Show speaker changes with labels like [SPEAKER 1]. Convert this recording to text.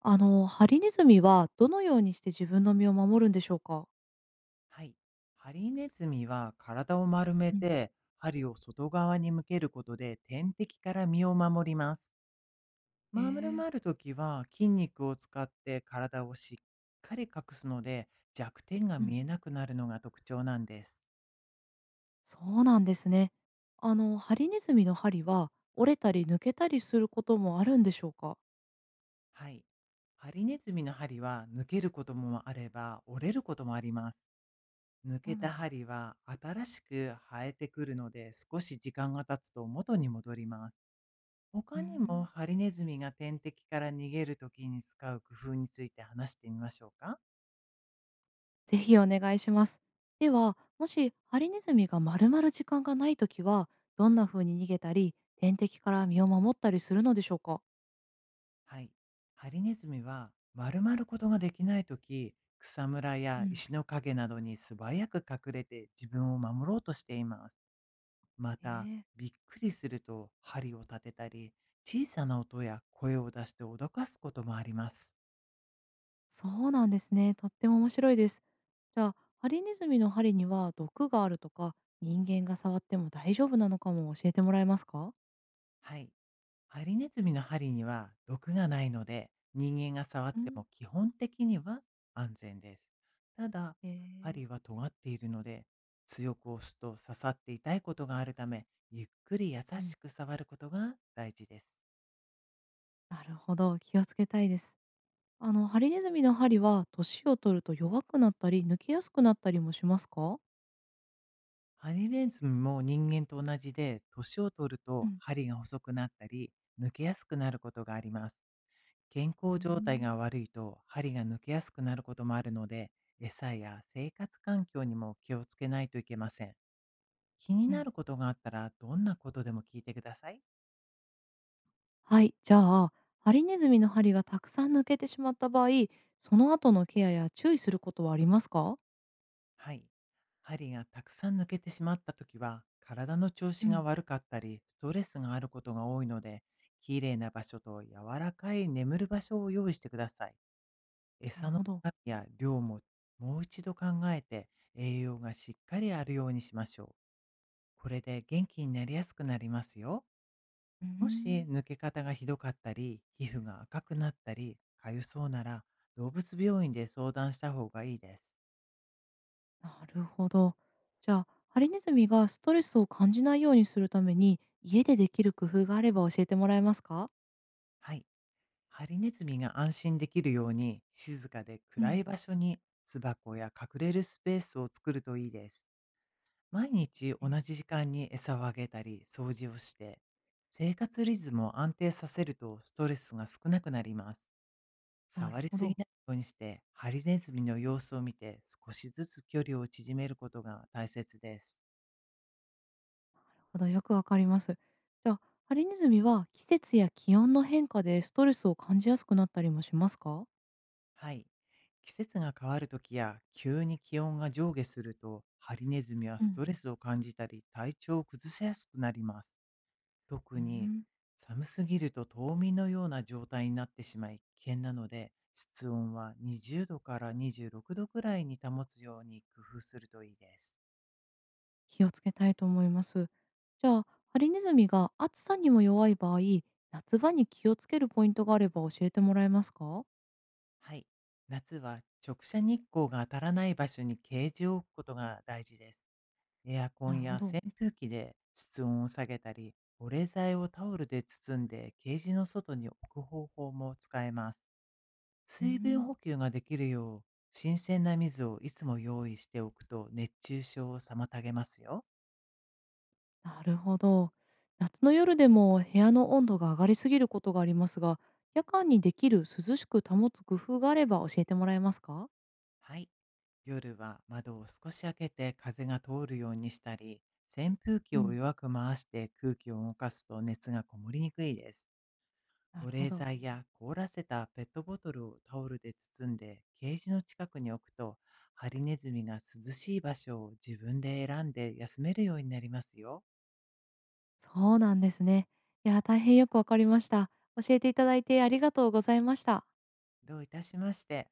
[SPEAKER 1] ハリネズミはどのようにして自分の身を守るんでしょうか？
[SPEAKER 2] はい。ハリネズミは体を丸め
[SPEAKER 1] うん。
[SPEAKER 2] て、針を外側に向けることで天敵から身を守ります。
[SPEAKER 1] へ
[SPEAKER 2] 丸
[SPEAKER 1] え、
[SPEAKER 2] まるときは筋肉を使って体をしっかり隠すので、弱点が
[SPEAKER 1] うん。
[SPEAKER 2] 見えなくなるのが特徴なんです。
[SPEAKER 1] そうなんですね。ハリネズミの針は折れたり抜けたりすることもあるんでしょうか？
[SPEAKER 2] はい。ハリネズミの針は抜けることもあれば、折れることもあります。抜
[SPEAKER 1] そう
[SPEAKER 2] け
[SPEAKER 1] な
[SPEAKER 2] た
[SPEAKER 1] んだ。
[SPEAKER 2] 針は新しく生えてくるので、少し時間が経つと元に戻ります。
[SPEAKER 1] うー
[SPEAKER 2] 他にも
[SPEAKER 1] ん。
[SPEAKER 2] ハリネズミが天敵から逃げるときに使う工夫について話してみましょうか。
[SPEAKER 1] ぜひお願いします。では、もしハリネズミがまるまる時間がないときは、どんな風に逃げたり、天敵から身を守ったりするのでしょうか？
[SPEAKER 2] はい。ハリネズミは丸まることができないとき、草むら
[SPEAKER 1] う
[SPEAKER 2] や
[SPEAKER 1] ん。
[SPEAKER 2] 石の陰などに素早く隠れて自分を守ろうとしています。ま
[SPEAKER 1] え
[SPEAKER 2] た、
[SPEAKER 1] え、
[SPEAKER 2] びっくりすると針を立てたり、小さな音や声を出して脅かすこともあります。
[SPEAKER 1] そうなんですね。とっても面白いです。じゃあ、ハリネズミの針には毒があるとか、人間が触っても大丈夫なのかも教えてもらえますか。
[SPEAKER 2] はい。ハリネズミの針には毒がないので、人間が触っ
[SPEAKER 1] う
[SPEAKER 2] て
[SPEAKER 1] ん、
[SPEAKER 2] も基本的には安全です。ただ、
[SPEAKER 1] へえ、
[SPEAKER 2] 針は尖っているので、強く押すと刺さって痛いことがあるため、ゆっくり優
[SPEAKER 1] うん。
[SPEAKER 2] しく触ることが大事です。
[SPEAKER 1] なるほど、気をつけたいです。ハリネズミの針は年を取ると弱くなったり、抜けやすくなったりもしますか。
[SPEAKER 2] ハリネズミも人間と同じで、年を取る
[SPEAKER 1] う
[SPEAKER 2] と
[SPEAKER 1] ん、
[SPEAKER 2] 針が細くなったり、抜けやすくなることがあります。健
[SPEAKER 1] うー
[SPEAKER 2] 康状態
[SPEAKER 1] ん、
[SPEAKER 2] が悪いと針が抜けやすくなることもあるので、餌や生活環境にも気をつけないといけません。気に
[SPEAKER 1] う
[SPEAKER 2] な
[SPEAKER 1] ん。
[SPEAKER 2] ることがあったら、どんなことでも聞いてください。
[SPEAKER 1] はい、じゃあ、ハリネズミの針がたくさん抜けてしまった場合、その後のケアや注意することはありますか。
[SPEAKER 2] はい。針がたくさん抜けてしまったときは、体の調
[SPEAKER 1] う
[SPEAKER 2] 子
[SPEAKER 1] ん。
[SPEAKER 2] が悪かったり、ストレスがあることが多いので、きれいな場所と柔らかい眠る場所を用意してください。
[SPEAKER 1] なる
[SPEAKER 2] 餌の
[SPEAKER 1] ほど。
[SPEAKER 2] 量や量ももう一度考えて、栄養がしっかりあるようにしましょう。これで元気になりやすくなりますよ。
[SPEAKER 1] うー
[SPEAKER 2] もし
[SPEAKER 1] ん。
[SPEAKER 2] 抜け方がひどかったり、皮膚が赤くなったり、かゆそうなら、動物病院で相談した方がいいです。
[SPEAKER 1] なるほど。じゃあ、ハリネズミがストレスを感じないようにするために、家でできる工夫があれば教えてもらえますか？
[SPEAKER 2] はい。ハリネズミが安心できるように、静かで
[SPEAKER 1] う
[SPEAKER 2] 暗
[SPEAKER 1] ん。
[SPEAKER 2] い場所に巣箱や隠れるスペースを作るといいです。毎日同
[SPEAKER 1] ね。
[SPEAKER 2] じ時間に餌をあげたり、掃除をして、生活リズムを安定させるとストレスが少なくなります。
[SPEAKER 1] なる
[SPEAKER 2] 触り
[SPEAKER 1] ほ
[SPEAKER 2] すぎ
[SPEAKER 1] ど。
[SPEAKER 2] ないようにして、ハリネズミの様子を見て少しずつ距離を縮めることが大切です。
[SPEAKER 1] なるほど、よくわかります。じゃあ、ハリネズミは季節や気温の変化でストレスを感じやすくなったりもしますか？
[SPEAKER 2] はい。季節が変わるときや急に気温が上下すると、ハリネズミは
[SPEAKER 1] う
[SPEAKER 2] ス
[SPEAKER 1] ん。
[SPEAKER 2] トレスを感じたり体調を崩しやすくなります。
[SPEAKER 1] う
[SPEAKER 2] 特に
[SPEAKER 1] ん、
[SPEAKER 2] 寒すぎると冬眠のような状態になってしまい危険なので、室温は20度から26度くどくらいに保つように工夫するといいです。
[SPEAKER 1] 気をつけたいと思います。じゃあ、ハリネズミが暑さにも弱い場合、夏場に気をつけるポイントがあれば教えてもらえますか？
[SPEAKER 2] はい。夏は直射日光が当たらない場所にケージを置くことが大事です。エアコ
[SPEAKER 1] な
[SPEAKER 2] ン
[SPEAKER 1] るほ
[SPEAKER 2] や
[SPEAKER 1] ど。
[SPEAKER 2] 扇風機で室温を下げたり、保冷剤をタオルで包んでケージの外に置く方法も使えます。
[SPEAKER 1] う
[SPEAKER 2] 水分
[SPEAKER 1] ん。
[SPEAKER 2] 補給ができるよう、新鮮な水をいつも用意しておくと熱中症を妨げますよ。
[SPEAKER 1] なるほど。夏の夜でも部屋の温度が上がりすぎることがありますが、夜間にできる涼しく保つ工夫があれば教えてもらえますか。
[SPEAKER 2] はい。夜は窓を少し開けて風が通るようにしたり、扇風機
[SPEAKER 1] う
[SPEAKER 2] を
[SPEAKER 1] ん、
[SPEAKER 2] 弱く回して空気を動かすと熱がこもりにくいです。
[SPEAKER 1] な
[SPEAKER 2] 保
[SPEAKER 1] るほ
[SPEAKER 2] 冷
[SPEAKER 1] ど。
[SPEAKER 2] 剤や凍らせたペットボトルをタオルで包んでケージの近くに置くと、ハリネズミが涼しい場所を自分で選んで休めるようになりますよ。
[SPEAKER 1] そうなんですね。いや、大変よくわかりました。教えていただいてありがとうございました。
[SPEAKER 2] どういたしまして。